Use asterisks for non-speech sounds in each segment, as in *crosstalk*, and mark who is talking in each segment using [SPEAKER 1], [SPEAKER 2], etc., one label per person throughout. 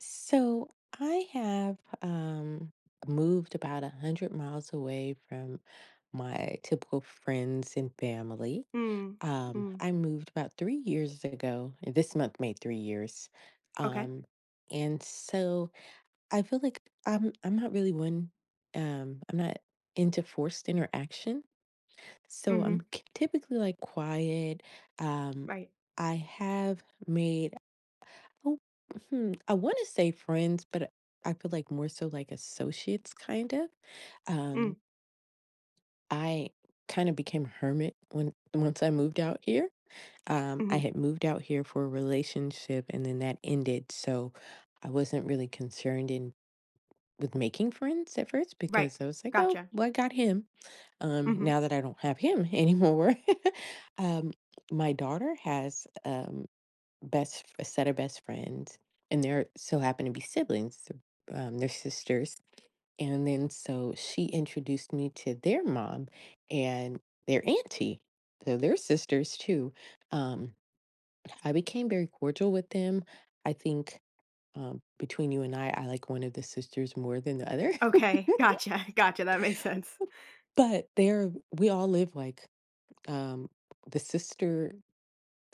[SPEAKER 1] So I have moved about 100 miles away from my typical friends and family.
[SPEAKER 2] Mm, mm.
[SPEAKER 1] I moved about 3 years ago. And this month made 3 years,
[SPEAKER 2] Okay.
[SPEAKER 1] um, and so I feel like I'm not really one. I'm not into forced interaction, so I'm
[SPEAKER 2] Mhm.
[SPEAKER 1] typically like quiet. Um,
[SPEAKER 2] Right.
[SPEAKER 1] I have made Oh, I want to say friends, but I feel like more so like associates, kind of. Um,
[SPEAKER 2] Mm.
[SPEAKER 1] I kind of became a hermit when once I moved out here. I
[SPEAKER 2] Mhm.
[SPEAKER 1] had moved out here for a relationship, and then that ended, so I wasn't really concerned in with making friends at first
[SPEAKER 2] Right.
[SPEAKER 1] because I was like, oh,
[SPEAKER 2] Gotcha.
[SPEAKER 1] well, I got him.
[SPEAKER 2] Mhm.
[SPEAKER 1] Now that I don't have him *laughs* anymore, *laughs* um, my daughter has best a set of best friends, and they're so happen to be siblings. They're sisters, and then so she introduced me to their mom and their auntie. So they're sisters too. Um, I became very cordial with them. I think between you and I like one of the sisters more than the other. *laughs*
[SPEAKER 2] Okay, gotcha. *laughs* Gotcha, that makes sense.
[SPEAKER 1] But they're we all live like um, the sister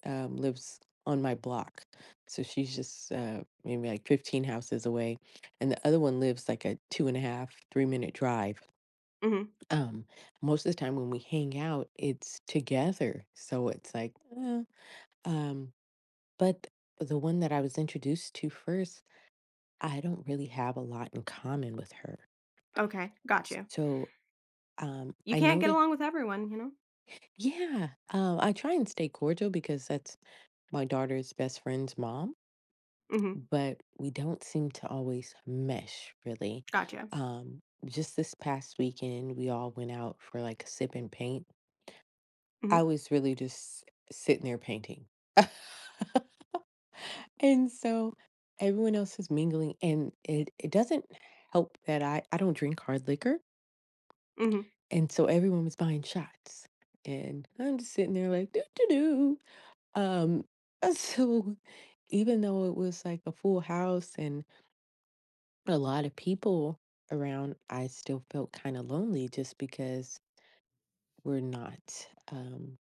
[SPEAKER 1] lives on my block. So she's just maybe like 15 houses away. And the other one lives like a 2.5, 3 minute drive.
[SPEAKER 2] Mhm.
[SPEAKER 1] Um, Most of the time when we hang out, it's together. So it's like, uh, um, but the one that I was introduced to first, I don't really have a lot in common with her.
[SPEAKER 2] Okay, gotcha. You
[SPEAKER 1] So I
[SPEAKER 2] can't get
[SPEAKER 1] noticed,
[SPEAKER 2] along with everyone, you know?
[SPEAKER 1] yeah, I try and stay cordial because that's my daughter's best friend's mom.
[SPEAKER 2] Mhm.
[SPEAKER 1] But we don't seem to always mesh really.
[SPEAKER 2] Gotcha.
[SPEAKER 1] Just this past weekend, we all went out for like a sip and paint. I
[SPEAKER 2] Mhm.
[SPEAKER 1] was really just sitting there painting. *laughs* And so everyone else is mingling, and it doesn't help that I don't drink hard liquor.
[SPEAKER 2] Mhm.
[SPEAKER 1] And so everyone was buying shots. And I'm just sitting there like, doo doo doo. *laughs* So even though it was like a full house and a lot of people around, I still felt kind of lonely just because we're not,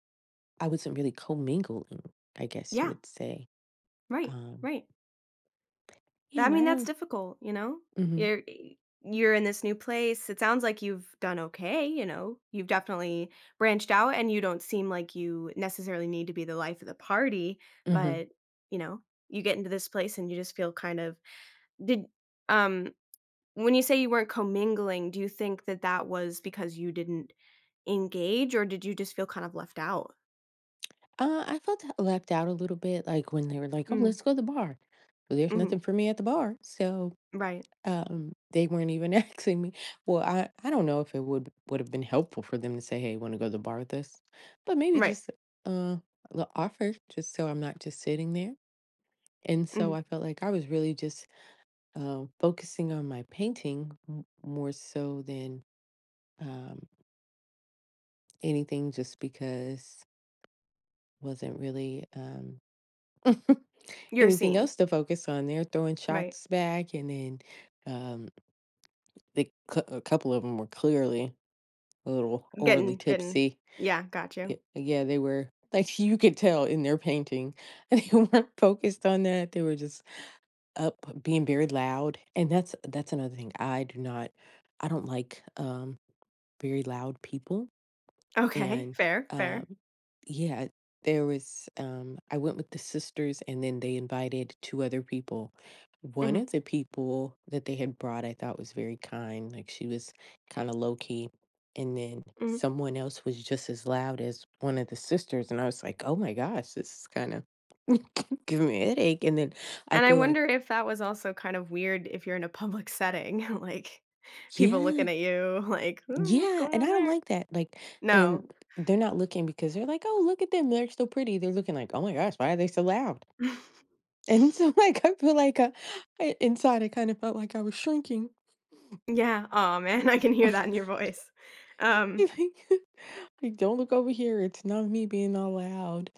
[SPEAKER 1] I wasn't really commingling, I guess you
[SPEAKER 2] Yeah.
[SPEAKER 1] would say.
[SPEAKER 2] Right.
[SPEAKER 1] Um,
[SPEAKER 2] Right.
[SPEAKER 1] yeah,
[SPEAKER 2] That I
[SPEAKER 1] and I
[SPEAKER 2] mean, that's
[SPEAKER 1] don't,
[SPEAKER 2] difficult, you know?
[SPEAKER 1] hmm
[SPEAKER 2] You're you're in this new place, it sounds like you've done okay, you know? You've definitely branched out, and you don't seem like you necessarily need to be the life of the party,
[SPEAKER 1] hmm
[SPEAKER 2] but, you know, you get into this place and you just feel kind of did um, when you say you weren't commingling, do you think that that was because you didn't engage, or did you just feel kind of left out?
[SPEAKER 1] I felt left out a little bit, like when they were like, oh,
[SPEAKER 2] Mm.
[SPEAKER 1] let's go to the bar. Well, there's
[SPEAKER 2] Mhm.
[SPEAKER 1] nothing for me at the bar. So,
[SPEAKER 2] Right.
[SPEAKER 1] they weren't even *laughs* asking me. Well, I don't know if it would have been helpful for them to say, hey, want to go to the bar with us? But maybe
[SPEAKER 2] Right.
[SPEAKER 1] just uh, the offer, just so I'm not just sitting there. And so
[SPEAKER 2] Mhm.
[SPEAKER 1] I felt like I was really just focusing on my painting more so than um, anything, just because wasn't really *laughs*
[SPEAKER 2] You're
[SPEAKER 1] anything
[SPEAKER 2] seen.
[SPEAKER 1] else to focus on. They're throwing
[SPEAKER 2] Right.
[SPEAKER 1] shots back, and then um, a couple of them were clearly a little overly
[SPEAKER 2] Getting getting
[SPEAKER 1] tipsy.
[SPEAKER 2] Yeah, got
[SPEAKER 1] Y-
[SPEAKER 2] you.
[SPEAKER 1] Yeah, they were *laughs* like you could tell in their painting. *laughs* They weren't focused on that. They were just up being very loud, and that's another thing I do not, I don't like very loud people.
[SPEAKER 2] Okay,
[SPEAKER 1] And
[SPEAKER 2] fair,
[SPEAKER 1] um
[SPEAKER 2] fair.
[SPEAKER 1] yeah, there was I went with the sisters and then they invited two other people. One
[SPEAKER 2] Mhm.
[SPEAKER 1] of the people that they had brought I thought was very kind, like she was kind of low key, and then
[SPEAKER 2] Mhm.
[SPEAKER 1] someone else was just as loud as one of the sisters and I was like, oh my gosh, this is kind of *laughs* giving me a headache. And then I
[SPEAKER 2] And I
[SPEAKER 1] feel like,
[SPEAKER 2] wonder if that was also kind of weird if you're in a public setting, *laughs* like, people
[SPEAKER 1] yeah.
[SPEAKER 2] looking at you like, "Ooh, what's
[SPEAKER 1] Yeah,
[SPEAKER 2] going
[SPEAKER 1] and I
[SPEAKER 2] on
[SPEAKER 1] don't
[SPEAKER 2] there?"
[SPEAKER 1] like that. Like,
[SPEAKER 2] No.
[SPEAKER 1] and they're not looking because they're like, "Oh, look at them. They're so pretty." They're looking like, "Oh my gosh, why are they so loud?"
[SPEAKER 2] *laughs*
[SPEAKER 1] And so, *laughs* like, I feel like I, inside, I kind of felt like I was shrinking.
[SPEAKER 2] Yeah. Oh man, I can hear that in your
[SPEAKER 1] *laughs*
[SPEAKER 2] voice.
[SPEAKER 1] Right,
[SPEAKER 2] Um,
[SPEAKER 1] like, *laughs* like, don't look over here. It's not me being all loud.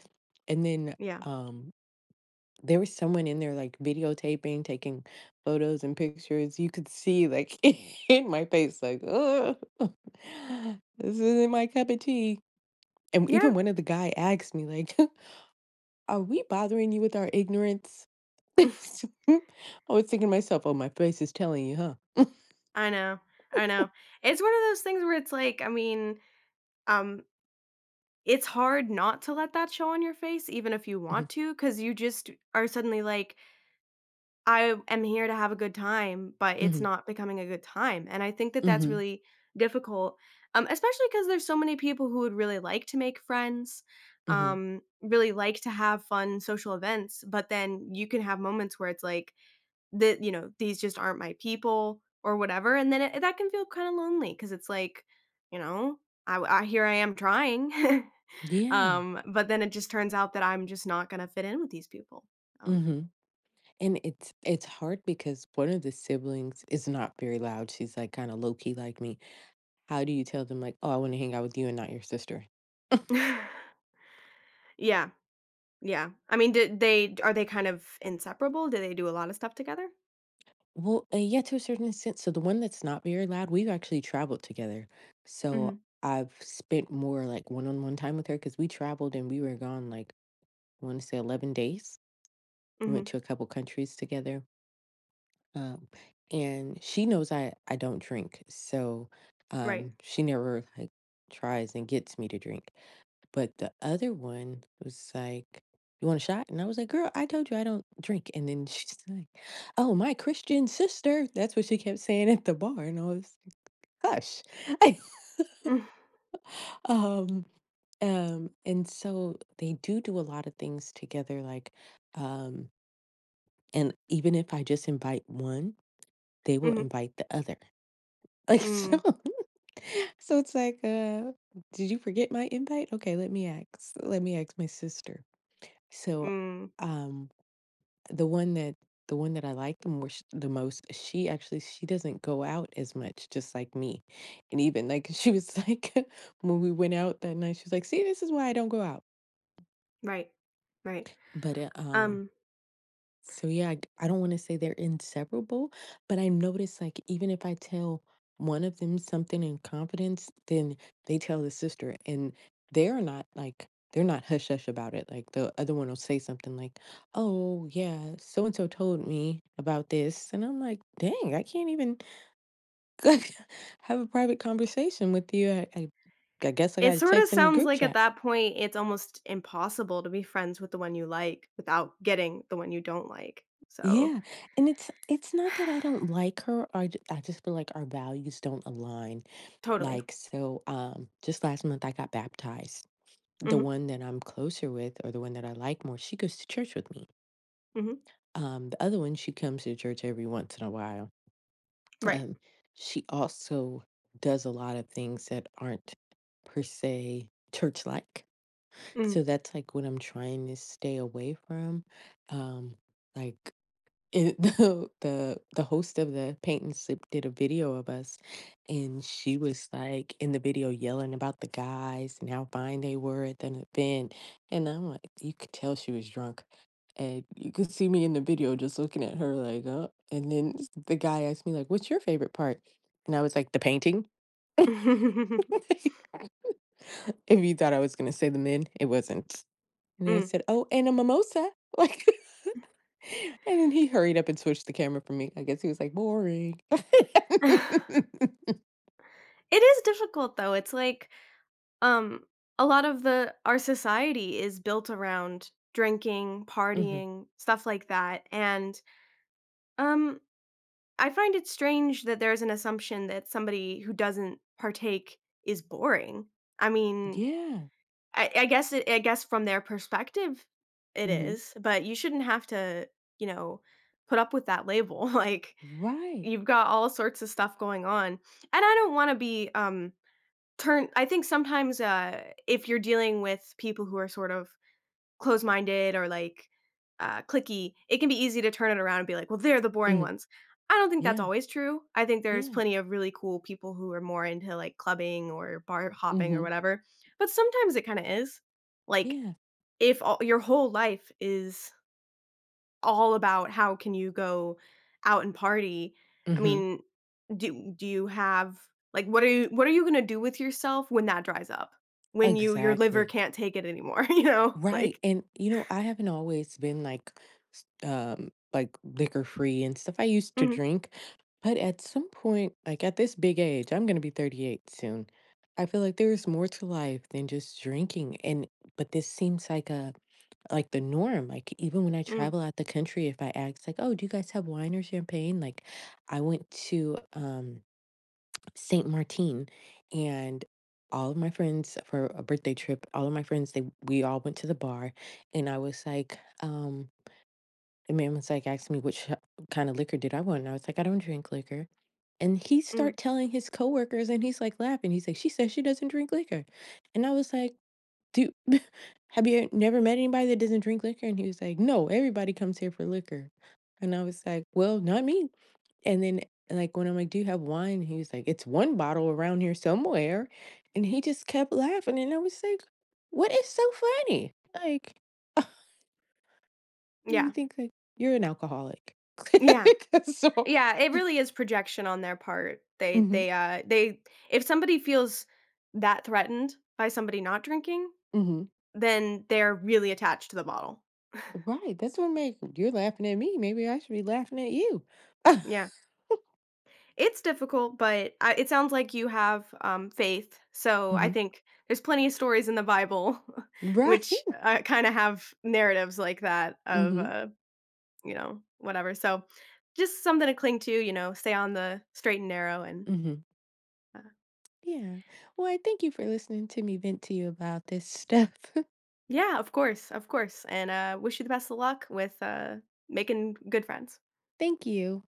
[SPEAKER 1] And then,
[SPEAKER 2] yeah.
[SPEAKER 1] um, there was someone in there like videotaping, taking photos and pictures. You could see like *laughs* in my face, like, "Oh, *laughs* this isn't my cup of tea." And
[SPEAKER 2] Yeah.
[SPEAKER 1] even one of the guy asked me, like, *laughs* "Are we bothering you with our ignorance?" *laughs* I
[SPEAKER 2] *laughs*
[SPEAKER 1] was thinking to myself, "Oh, my face is telling you, huh?"
[SPEAKER 2] I know, I
[SPEAKER 1] *laughs*
[SPEAKER 2] know. It's one of those things where it's like, I mean, um, it's hard not to let that show on your face even if you
[SPEAKER 1] Mhm,
[SPEAKER 2] want to, because you just are suddenly like, I am here to have a good time, but it's
[SPEAKER 1] mhm,
[SPEAKER 2] not becoming a good time, and I think that that's
[SPEAKER 1] mhm,
[SPEAKER 2] really difficult, especially because there's so many people who would really like to make friends,
[SPEAKER 1] mhm.
[SPEAKER 2] really like to have fun social events, but then you can have moments where it's like, that "These just aren't my people," or whatever, and then it that can feel kinda lonely because it's like, you know, I here I am trying, *laughs*
[SPEAKER 1] Yeah,
[SPEAKER 2] but then it just turns out that I'm just not gonna fit in with these people. Oh.
[SPEAKER 1] mhm. And it's hard because one of the siblings is not very loud. She's like kind of low key like me. How do you tell them like, "Oh, I want to hang out with you and not your sister?"
[SPEAKER 2] *laughs* Yeah. Yeah. I mean, did they are they kind of inseparable? Do they do a lot of stuff together?
[SPEAKER 1] Well, yeah, to a certain extent. So the one that's not very loud, we've actually traveled together. So
[SPEAKER 2] Mhm.
[SPEAKER 1] I've spent more like one-on-one time with her because we traveled and we were gone like I want to say 11 days. We went
[SPEAKER 2] Mhm.
[SPEAKER 1] to a couple countries together. Um, and she knows I don't drink. So
[SPEAKER 2] Right.
[SPEAKER 1] she never like tries and gets me to drink. But the other one was like, "You want a shot?" And I was like, "Girl, I told you I don't drink." And then *laughs* she's like, "Oh, my Christian sister." That's what she kept saying at the bar. And I was like, hush. *laughs*
[SPEAKER 2] Mm.
[SPEAKER 1] um, and so they do do a lot of things together, like, um, and even if I just invite one, they will
[SPEAKER 2] Mhm.
[SPEAKER 1] invite the other. *laughs* Like so,
[SPEAKER 2] Mm.
[SPEAKER 1] *laughs* so it's like, did you forget my invite? Okay, let me ask. Let me ask my sister. So,
[SPEAKER 2] Mm.
[SPEAKER 1] um, the one that I like the most, she actually she doesn't go out as much, just like me, and even, like, *laughs* she was like *laughs* when we went out that night, she was like, "See, this is why I don't go out."
[SPEAKER 2] Right. Right.
[SPEAKER 1] But,
[SPEAKER 2] Um,
[SPEAKER 1] so yeah, I don't want to say they're inseparable, but I notice like even if I tell one of them something in confidence, then they tell the sister and they're not like they're not hush hush about it. Like the other one will say something like, oh yeah, so and so told me about this. And I'm like, dang, I can't even *laughs* have a private conversation with you. I guess I
[SPEAKER 2] it
[SPEAKER 1] gotta
[SPEAKER 2] sort of
[SPEAKER 1] text in the
[SPEAKER 2] sounds
[SPEAKER 1] group
[SPEAKER 2] like at
[SPEAKER 1] chat.
[SPEAKER 2] that point it's almost impossible to be friends with the one you like without getting the one you don't like. So,
[SPEAKER 1] Yeah, and it's not that I don't like her. Or I just feel like our values don't align.
[SPEAKER 2] totally.
[SPEAKER 1] Like so, just last month I got baptized. The
[SPEAKER 2] Mhm.
[SPEAKER 1] one that I'm closer with, or the one that I like more, she goes to church with me.
[SPEAKER 2] Mhm.
[SPEAKER 1] The other one, she comes to church every once in a while.
[SPEAKER 2] Right.
[SPEAKER 1] Um, she also does a lot of things that aren't per se church-like.
[SPEAKER 2] Mm.
[SPEAKER 1] So that's like what I'm trying to stay away from. Um, like it, *laughs* the host of the paint and sip did a video of us and she was like in the video yelling about the guys and how fine they were at the event. And I'm like, you could tell she was drunk. And you could see me in the video just looking at her like, and then the guy asked me like, what's your favorite part? And I was like, the painting.
[SPEAKER 2] *laughs*
[SPEAKER 1] *laughs* Like, if you thought I was going to say the men, it wasn't. And I
[SPEAKER 2] Mm.
[SPEAKER 1] said, oh, and a mimosa. *laughs* Like, *laughs* And then he hurried up and switched the camera from me. I guess he was like, boring. *laughs*
[SPEAKER 2] *sighs* *laughs* It is difficult though. It's like Um, a lot of the our society is built around drinking,
[SPEAKER 1] Hmm.
[SPEAKER 2] partying, stuff like that, and, um, I find it strange that there's an assumption that somebody who doesn't partake is boring. I mean,
[SPEAKER 1] Yeah.
[SPEAKER 2] I guess from their perspective, it
[SPEAKER 1] Hmm.
[SPEAKER 2] is, but you shouldn't have to, you know, put up with that label, *laughs* like,
[SPEAKER 1] Right.
[SPEAKER 2] you've got all sorts of stuff going on, and I don't wanna be, Turn I think sometimes, if you're dealing with people who are sort of close-minded or, like, cliquey, it can be easy to turn it around and be like, "Well, they're the boring
[SPEAKER 1] Hmm.
[SPEAKER 2] ones." I don't think that's
[SPEAKER 1] Yeah.
[SPEAKER 2] always true. I think there's
[SPEAKER 1] Yeah.
[SPEAKER 2] plenty of really cool people who are more into, like, clubbing or bar hopping
[SPEAKER 1] Hmm.
[SPEAKER 2] or whatever, but sometimes it kinda is. Like,
[SPEAKER 1] Yeah.
[SPEAKER 2] if all your whole life is all about how can you go out and party. I
[SPEAKER 1] Hmm.
[SPEAKER 2] mean, do you have like, what are you gonna do with yourself when that dries up? When your liver
[SPEAKER 1] Exactly.
[SPEAKER 2] can't take it anymore, *laughs* you know?
[SPEAKER 1] Right.
[SPEAKER 2] Like
[SPEAKER 1] And, I haven't always been like, like liquor free and stuff. I used to
[SPEAKER 2] Mhm.
[SPEAKER 1] drink, but at some point, like at this big age, I'm going to be 38 soon. I feel like there is more to life than just drinking. But this seems like the norm. Like even when I
[SPEAKER 2] Mm.
[SPEAKER 1] travel out the country, if I ask like, "Oh, do you guys have wine or champagne?" Like I went to Saint Martin and all of my friends for a birthday trip, all of my friends they we all went to the bar. And I was like, the man was like asking me which kind of liquor did I want. And I was like, "I don't drink liquor." And he
[SPEAKER 2] Mm.
[SPEAKER 1] start telling his coworkers and he's like laughing. He's like, "She says she doesn't drink liquor." And I was like, do you, *laughs* have you never met anybody that doesn't drink liquor? And he was like, "No, everybody comes here for liquor." And I was like, "Well, not me." And then, like, when I'm like, "Do you have wine?" He was like, "It's one bottle around here somewhere." And he just kept laughing. And I was like, "What is so funny?" Like, *laughs* made me
[SPEAKER 2] Yeah,
[SPEAKER 1] think, like, you're an alcoholic.
[SPEAKER 2] yeah,
[SPEAKER 1] *laughs* So,
[SPEAKER 2] yeah, it really is projection on their part.
[SPEAKER 1] hmm
[SPEAKER 2] They If somebody feels that threatened by somebody not drinking,
[SPEAKER 1] hmm
[SPEAKER 2] then they're really attached to the bottle.
[SPEAKER 1] right. That's what made you're laughing at me. Maybe I should be laughing at you. *laughs*
[SPEAKER 2] Yeah. It's difficult, but I it sounds like you have, faith, so I
[SPEAKER 1] Mhm.
[SPEAKER 2] think there's plenty of stories in the Bible *laughs*
[SPEAKER 1] Right.
[SPEAKER 2] which, kinda have narratives like that
[SPEAKER 1] *laughs*
[SPEAKER 2] of,
[SPEAKER 1] hmm
[SPEAKER 2] whatever, so just something to cling to, stay on the straight and narrow and,
[SPEAKER 1] hmm
[SPEAKER 2] uh
[SPEAKER 1] Yeah. Well, I thank you for listening to me vent to you about this stuff. *laughs*
[SPEAKER 2] Yeah, of course, and, wish you the best of luck with, making good friends.
[SPEAKER 1] Thank you.